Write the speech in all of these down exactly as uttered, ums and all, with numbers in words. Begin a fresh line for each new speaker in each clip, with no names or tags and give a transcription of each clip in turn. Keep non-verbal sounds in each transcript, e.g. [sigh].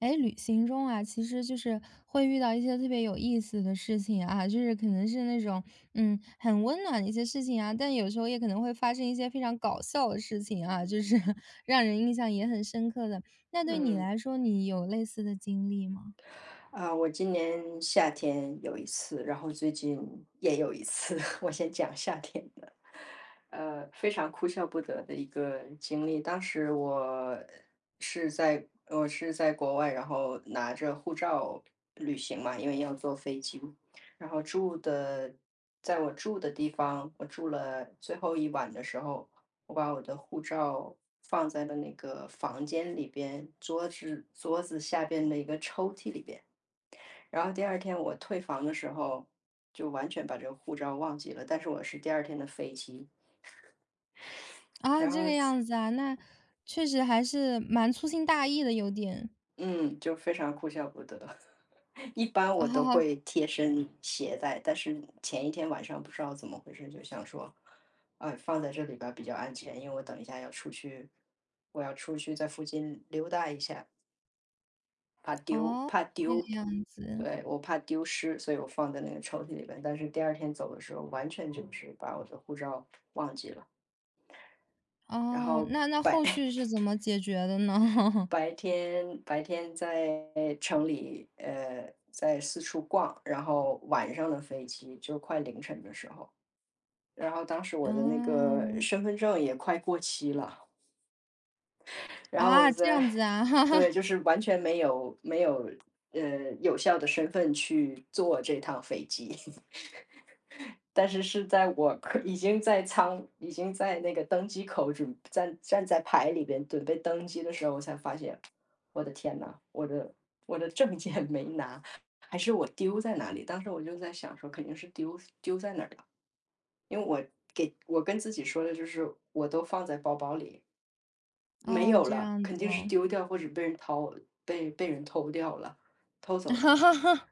哎，旅行中啊，其实就是会遇到一些特别有意思的事情啊，就是可能是那种嗯很温暖的一些事情啊，但有时候也可能会发生一些非常搞笑的事情啊，就是 [laughs] 让人印象也很深刻的。那对你
嗯，
来说，你有类似的经历吗？
啊，我今年夏天有一次，然后最近也有一次。[laughs] 我先讲夏天的，呃，非常哭笑不得的一个经历。当时我是在我是在国外，然后拿着护照旅行嘛，因为要坐飞机。然后住的，在我住的地方，我住了最后一晚的时候，我把我的护照放在了那个房间里边，桌子桌子下边的一个抽屉里边。然后第二天我退房的时候，就完全把这个护照忘记了，但是我是第二天的飞机，
啊，
然
这
后
个样子啊，那确实还是蛮粗心大意的，有点
嗯，就非常哭笑不得。[laughs] 一般我都
啊。
会贴身携带，但是前一天晚上不知道怎么回事，就想说，呃，放在这里边儿比较安全，因为我等一下要出去我要出去在附近溜达一下，怕丢
哦，
怕
那
丢，
个样子
对，我怕丢失，所以我放在那个抽屉里边，但是第二天走的时候，完全就是把我的护照忘记了。然
哦，
后
那那
白
后续
[laughs]
是怎么解决的呢？[laughs]
白天白天在城里，呃，在四处逛，然后晚上的飞机就快凌晨的时候，然后当时我的
啊。
那个身份证也快过期了，然后我
啊，这
在，
样子啊。
对，就是完全没有没有呃有效的身份去坐这趟飞机，但是是在我可已经在舱已经在那个登机口准站站在排里边准备登机的时候，我才发现，我的天呐，我的我的证件没拿，还是我丢在哪里？当时我就在想说，肯定是丢丢在哪儿了，因为我给我跟自己说的就是我都放在包包里，
[laughs]
没
哦，
有
这
了，
样
肯
子
定是
哦。
丢掉或者被人掏被被人偷掉了，偷走了。
[laughs]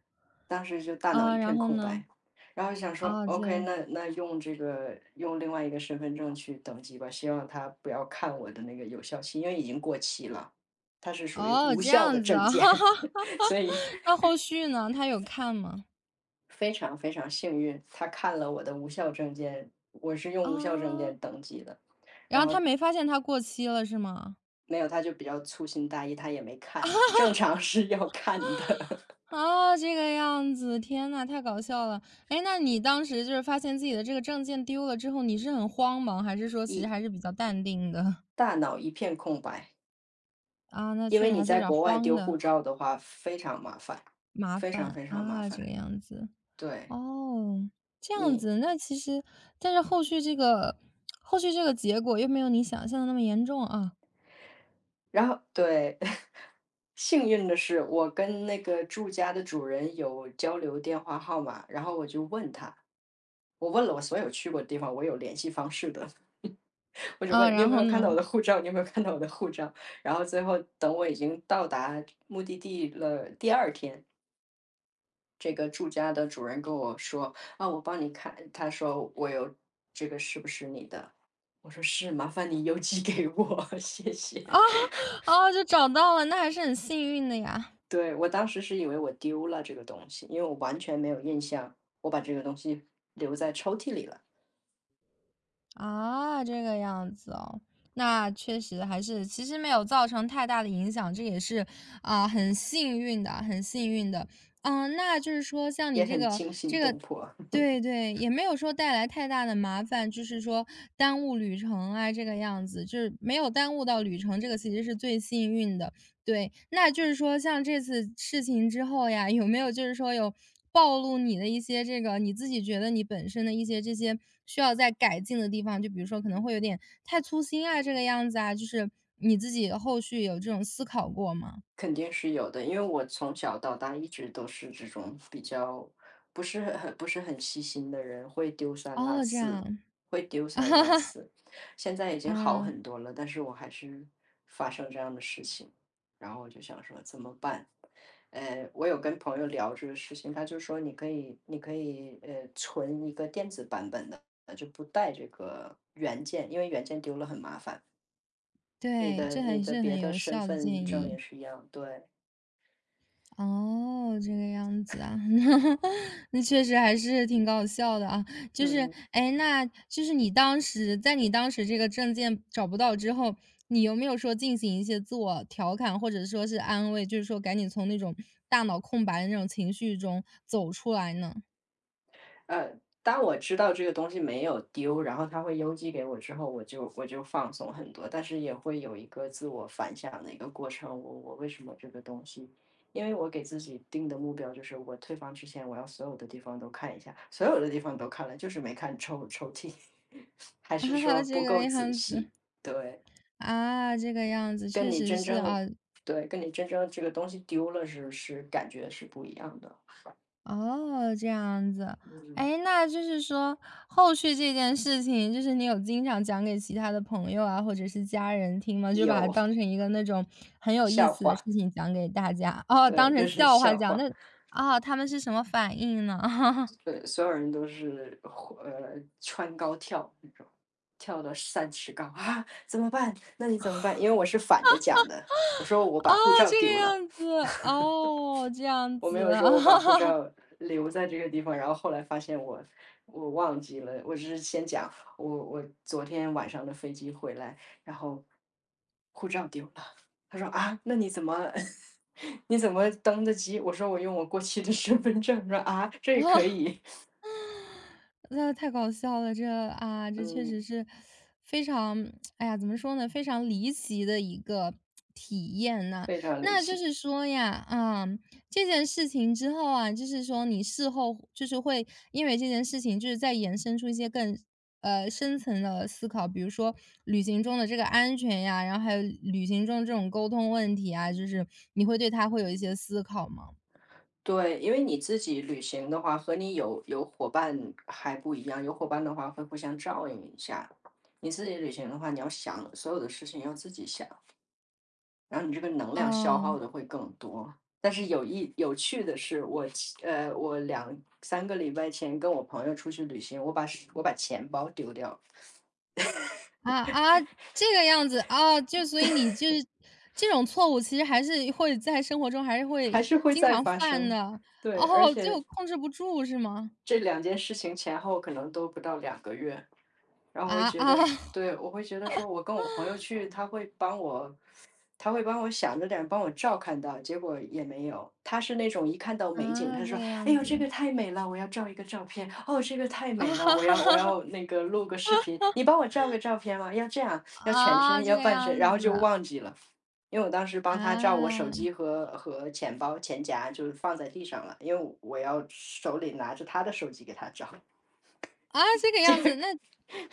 当时就大脑
啊，
一
然
片
后
空
呢？
白，然后就想说
啊，
：“OK，
这
那那用这个用另外一个身份证去登记吧，希望他不要看我的那个有效期，因为已经过期了，它是属于
哦，
无
这
效的
样子
证
啊。
件。[laughs]” 所以
[laughs] 那后续呢？他有看吗？
非常非常幸运，他看了我的无效证件，我是用无效证
啊，
件登记的，
然
然
后
后
他没发现他过期了是吗？
没有，他就比较粗心大意，他也没看，正常是要看的，
啊，这个样子，天呐，太搞笑了。哎，那你当时就是发现自己的这个证件丢了之后，你是很慌忙，还是
[laughs]
说其实
一
还是比较淡定的？
大脑一片空白。
[laughs] 啊，那
因
确
为
实
你
还是有
在
点
国外
慌
丢
的，
护照的话非常麻烦，
麻
非常
烦，
非常麻
啊，这
烦。
个样子。
对，
哦，这样
你
子，那其实但是后续这个后续这个结果又没有你想象的那么严重啊。
然后对，[laughs] 幸运的是我跟那个住家的主人有交流电话号码，然后我就问他，我问了我所有去过的地方，我有联系方式的，[laughs] 我就
啊，
问：“你有
然
没
后
有看到
呢？
我的护照？你有没有看到我的护照？”然后最后等我已经到达目的地了第二天，这个住家的主人跟我说：“啊，我帮你看。”他说：“我有这个是不是你的？”我说：“是，麻烦你邮寄给我，[laughs] 谢
[laughs] 啊，
谢。”
啊，就找到了，那还是很幸运的呀。
对，我当时是以为我丢了这个东西，因为我完全没有印象，我把这个东西留在抽屉里了，
啊，这个样子哦，那确实还是其实没有造成太大的影响，这也是，啊，很幸运的很幸运的。嗯，那就是说像
也
你这
很
个
惊心
这个
动魄。
对对，也没有说带来太大的麻烦，就是说耽误旅程啊，这个样子，就是没有耽误到旅程，这个其实是最幸运的。对，那就是说像这次事情之后呀，有没有就是说有暴露你的一些这个你自己觉得你本身的一些这些需要再改进的地方？就比如说可能会有点太粗心啊，这个样子啊，就是你自己后续有这种思考过吗？
肯定是有的，因为我从小到大一直都是这种比较不是很不是很细心的人，会丢三落
哦，这
四，
样，
会丢三落
[laughs]
四。现在已经好
啊，
很多了，但是我还是发生这样的事情，然后我就想说怎么办？呃，我有跟朋友聊这个事情，他就说你可以，你可以呃存一个电子版本的，就不带这个原件，因为原件丢了很麻烦。你
对，
的
这
你
还
的
是
别
很
的
有
身
效的
份
建
证也
议。
是一样，对。
哦，这个样子啊，[laughs] 那确实还是挺搞笑的啊。就是，
嗯，
哎，那就是你当时在你当时这个证件找不到之后，你有没有说进行一些自我调侃，或者说是安慰，就是说赶紧从那种大脑空白的那种情绪中走出来呢？
呃，当我知道这个东西没有丢，然后他会邮寄给我之后，我就我就放松很多，但是也会有一个自我反省的一个过程。我我为什么这个东西？因为我给自己定的目标就是，我退房之前，我要所有的地方都看一下，所有的地方都看了，就是没看抽抽屉，[laughs] 还
[laughs]
是
啊，
说
这
不
个
够仔
样子
细。对，
啊，这个样子
跟
确
你
实
真
是
正
啊。
对，跟你真正这个东西丢了是是感觉是不一样的。
哦，这样子。
嗯，
哎，那就是说后续这件事情，就是你有经常讲给其他的朋友啊，或者是家人听吗？就把它
有
当成一个那种很
[laughs]
有意
笑
思的事
话，
情讲给大家，哦，
对，
当成
就是
笑话
笑
讲，
话。
那啊，他们是什么反应呢？[laughs]
对，所有人都是呃穿高跳那种，跳到三尺高啊，怎么办？那你怎么办？因为我是反着讲的，我说我
哦，
把护照
这
丢
个
了，
样子，哦，这样
我没
子。
有说我把护照
[laughs]
留在这个地方，然后后来发现我我忘记了，我只是先讲我我昨天晚上的飞机回来，然后护照丢了。他说啊，那你怎么 [laughs] 你怎么登的机？我说我用我过去的身份证。他说啊，这也可以。
那太搞笑了，这啊，这确实
嗯，
是非常，哎呀，怎么说呢，非常离奇的一个体验呐。
非常离
那就
奇，
是说呀，啊，这件事情之后啊，就是说你事后就是会因为这件事情，就是再延伸出一些更呃深层的思考，比如说旅行中的这个安全呀，然后还有旅行中这种沟通问题啊，就是你会对它会有一些思考吗？
对，因为你自己旅行的话，和你有有伙伴还不一样，有伙伴的话会互相照应一下。你自己旅行的话，你要想所有的事情要自己想，然后你这个能量消
啊、
耗的会更多。但是有一有趣的是，我其呃，我两三个礼拜前跟我朋友出去旅行，我把是我把钱包丢掉，
啊啊，这个样子，啊，就所以你就是这种错误其实还是会在生活中还是
还
会
是会
经
再
常
发
犯
生。
的，
对，而
哦，
且
就控制不住是吗？
这两件事情前后可能都不到两个月。然后我会
啊
觉
啊
得是
[laughs]
对，我会觉得说我跟我朋友去，他会帮我，他会帮我想着点帮我照看到，结果也没有。他是那种一看到美景，
啊，
他
这
说：
个
“哎
样
呦，这
子，
个太美了，我要照一个照片。哦，这个太
啊
美了，我要我
[laughs]，
要那个录个视频，你帮我照个照片吗？要这样，要全
啊
身，
这
要
个
半身。”
样
然后就
子，
忘记了，因为我当时帮他照我手
啊
机和和钱包、钱夹，就是放在地上了，因为我我要手里拿着他的手机给他照。
啊，这个样子，那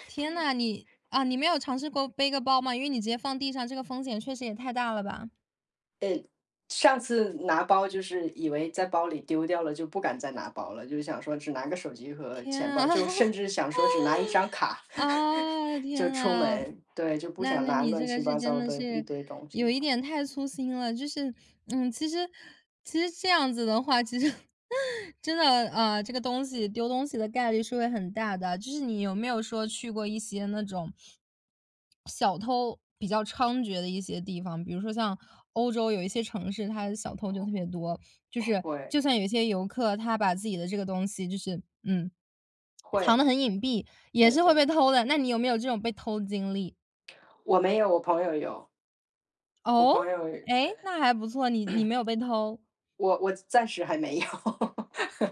天呐，你啊，你没有尝试过背个包吗？因为你直接放地上，这个风险确实也太大了吧？
上次拿包就是以为在包里丢掉了，就不敢再拿包了，就是想说只拿个手机和
天
钱包，
啊！
就甚
[laughs]
至想说只拿一张卡
啊，
[laughs] 就
天
出
呐，
门，对，就不
那
想
那
拿
你
乱
这
七
个是
八
真
糟
的
的一
是
堆东
有
西。
一点太粗心了，就是，嗯，其实其实这样子的话，其实 [laughs] 真的啊，呃这个东西丢东西的概率是会很大的。就是你有没有说去过一些那种小偷比较猖獗的一些地方，比如说像欧洲有一些城市，它小偷就特别多，就是
会
就算有一些游客他把自己的这个东西就是嗯
会，
藏的很隐蔽，也
对
是会
对，
被偷的，那你有没有这种被偷经历？
我没有，我朋友有，我
哦？
朋友
诶，那还不错，你你没有被偷。
我我暂时还没有。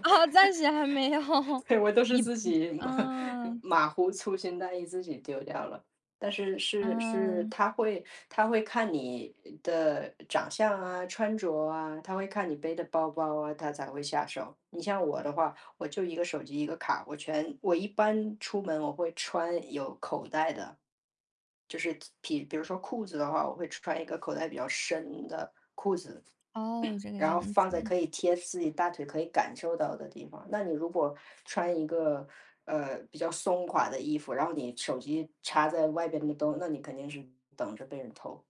啊？暂时还没有，
[laughs]
[laughs]
对，我都是
你
自
你
己马 [laughs]
嗯，
马虎、粗心大意自己丢掉了。但是是是，
嗯，
他会他会看你的长相啊、穿着啊，他会看你背的包包啊，他才会下手。你像我的话，我就一个手机一个卡，我全我一般出门我会穿有口袋的，就是比比如说裤子的话，我会穿一个口袋比较深的，
哦，这个
然后
样
放在
子。
可以贴自己大腿可以感受到的地方。那你如果穿一个呃比较松垮的衣服，然后你手机插在外边的兜，那你肯定是等着被人偷。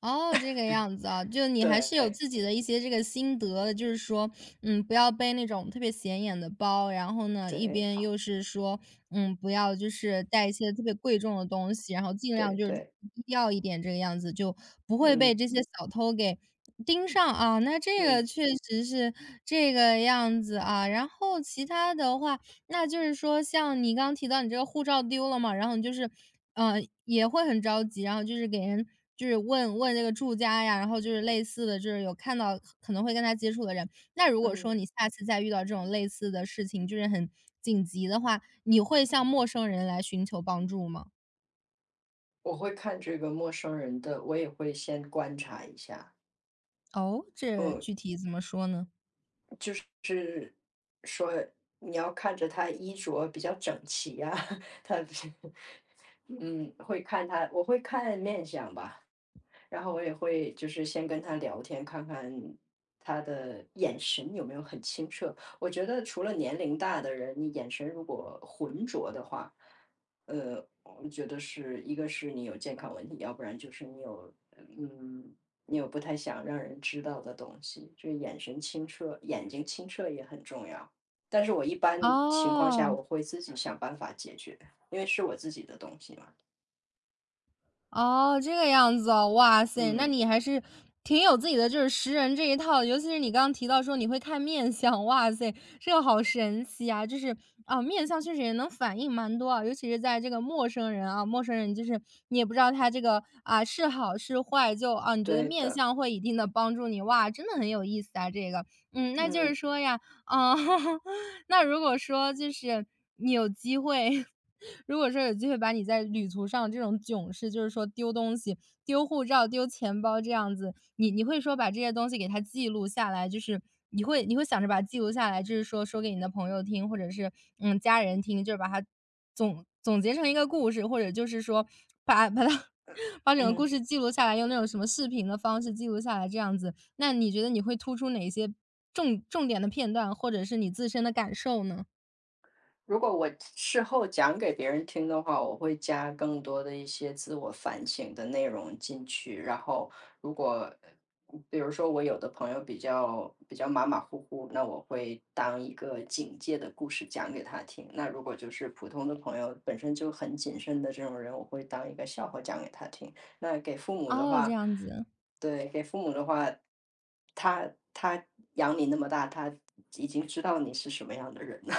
哦，这个样子啊，就你还是有
对
自己的一些这个心得的就是说，嗯，不要背那种特别显眼的包，然后呢，一边
对
又是说，嗯，不要就是带一些特别贵重的东西，然后尽
对
量就是低
对，
调一点，这个样子就不会被
嗯
这些小偷给盯上啊。那这个
嗯
确实是这个样子啊。然后其他的话，那就是说像你刚刚提到你这个护照丢了嘛，然后你就是，呃，也会很着急，然后就是给人就是问问这个住家呀，然后就是类似的，就是有看到可能会跟他接触的人。那如果
嗯，
说你下次再遇到这种类似的事情，就是很紧急的话，你会向陌生人来寻求帮助吗？
我会看这个陌生人的，我也会先观察一下。
哦，这
嗯，
具体怎么说呢？
就是说你要看着他衣着比较整齐呀、[laughs] 他 [laughs] 嗯会看他，我会看面相吧。然后我也会就是先跟他聊天，看看他的眼神有没有很清澈。我觉得除了年龄大的人，你眼神如果浑浊的话，呃，我觉得是一个是你有健康问题，要不然就是你有嗯，你有不太想让人知道的东西，就是眼神清澈，眼睛清澈也很重要。但是我一般情况下
哦。
我会自己想办法解决，因为是我自己的东西嘛。
哦，这个样子哦，哇塞，那
嗯，
你还是挺有自己的就是识人这一套，尤其是你刚刚提到说你会看面相，哇塞，这个好神奇啊！就是啊，面相确实也能反映蛮多啊，尤其是在这个陌生人啊，陌生人就是你也不知道他这个啊是好是坏，就啊你觉得
对
面
的，
相会一定的帮助你，哇，真的很有意思啊，这个，嗯，那就是
嗯。
说呀，啊、[laughs] 那如果说就是你有机会，[laughs] 如果说有机会把你在旅途上这种囧事，就是说丢东西、丢护照、丢钱包这样子，你你会说把这些东西给它记录下来，就是你会你会想着把它记录下来，就是说说给你的朋友听，或者是嗯家人听，就是把它总总结成一个故事，或者就是说把把它 [laughs] 把整个故
[clears throat]
事记录下来，用那种什么视频的方式记录下来这样子。那你觉得你会突出哪些重重点的片段，或者是你自身的感受呢？
如果我事后讲给别人听的话，我会加更多的一些自我反省的内容进去。然后，如果比如说我有的朋友比较比较马马虎虎，那我会当一个警戒的故事讲给他听。那如果就是普通的朋友，本身就很谨慎的这种人，我会当一个笑话讲给他听。那给父母的
哦，这
话，
样子，
对，给父母的话，他他养你那么大，他已经知道你是什么样的人了。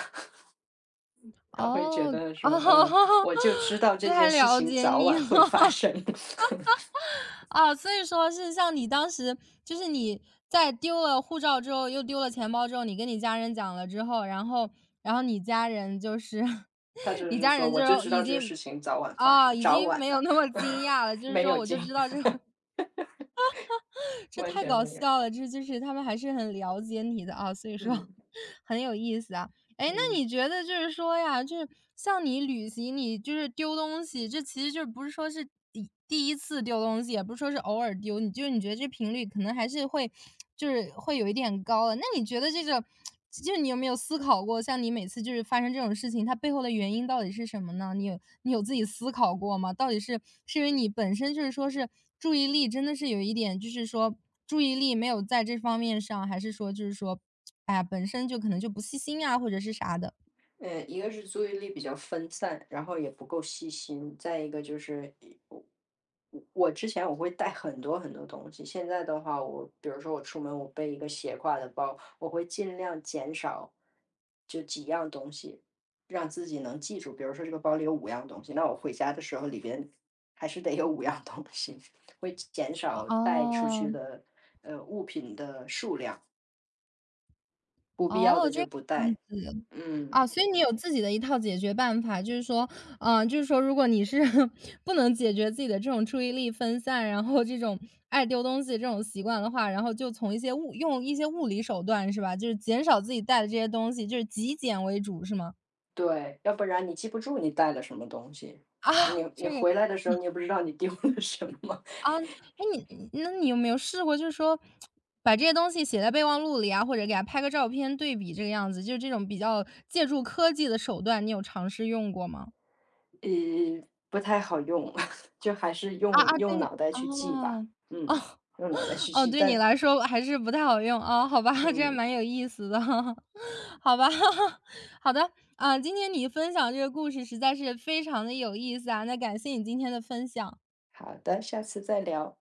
他会觉
哦，
得
哦，
说，嗯，我就知
[laughs]
道这件
太
事
了
情
解
早
你
晚
了。
会发生，[laughs]
啊，所以说是像你当时就是你在丢了护照之后，又丢了钱包之后，你跟你家人讲了之后，然后然后你家人就是
他
[laughs]
就
你
是
家
说，
人
我
就
就
是
知道
已
这个事
经
情早晚发
啊，
生，
已
早
经
晚
没有
的，
那么惊讶了，
[laughs]
就是
没
说
有
我
经
就知
验，
道这 [laughs] 这
完
太
全
搞
没有，
笑了，这就是他们还是很了解你的啊，所以说
嗯
[laughs] 很有意思啊。哎，那
嗯。
你觉得就是说呀，就是像你旅行，你就是丢东西，这其实就是不是说是第第一次丢东西，也不是说是偶尔丢，你就是你觉得这频率可能还是会，就是会有一点高了。那你觉得这个，就你有没有思考过，像你每次就是发生这种事情，它背后的原因到底是什么呢？你有你有自己思考过吗？到底是是因为你本身就是说是注意力真的是有一点，就是说注意力没有在这方面上，还是说就是说哎呀，本身就可能就不细心啊，或者是啥的。
嗯，一个是注意力比较分散，然后也不够细心，再一个就是我我之前我会带很多很多东西，现在的话，我比如说我出门我背一个斜挎的包，我会尽量减少就几样东西，让自己能记住。比如说这个包里有五样东西，那我回家的时候里边还是得有五样东西，会减少带出去
哦，
的呃物品的数量，不必要
哦，
的
这
就
样
不带。
子。
嗯。
啊，所以你有自己的一套解决办法，就是说，嗯，就是说如果你是 [laughs] 不能解决自己的这种注意力分散，然后这种爱丢东西这种习惯的话，然后就从一些物用一些物理手段是吧？就是减少自己带的这些东西，就是极简为主是吗？
对，要不然你记不住你带了什么东西，
啊，
你你
这个
回来的时候你也不知道你丢了什么，
啊，那你那你有没有试过，就是说把这些东西写在备忘录里啊，或者给它拍个照片对比这个样子，就是这种比较借助科技的手段，你有尝试用过吗？
呃，不太好用，[laughs] 就还是
啊啊，
用用
对，
脑袋去记吧，
哦，
嗯，
哦
用脑袋去
[laughs]，哦，
记，
对你
但
来说还是不太好用啊，好吧，[laughs] 这还
嗯，
蛮有意思的，[laughs] 好吧，[laughs] 好的啊，今天你分享这个故事实在是非常的有意思啊，那感谢你今天的分享。
好的，下次再聊。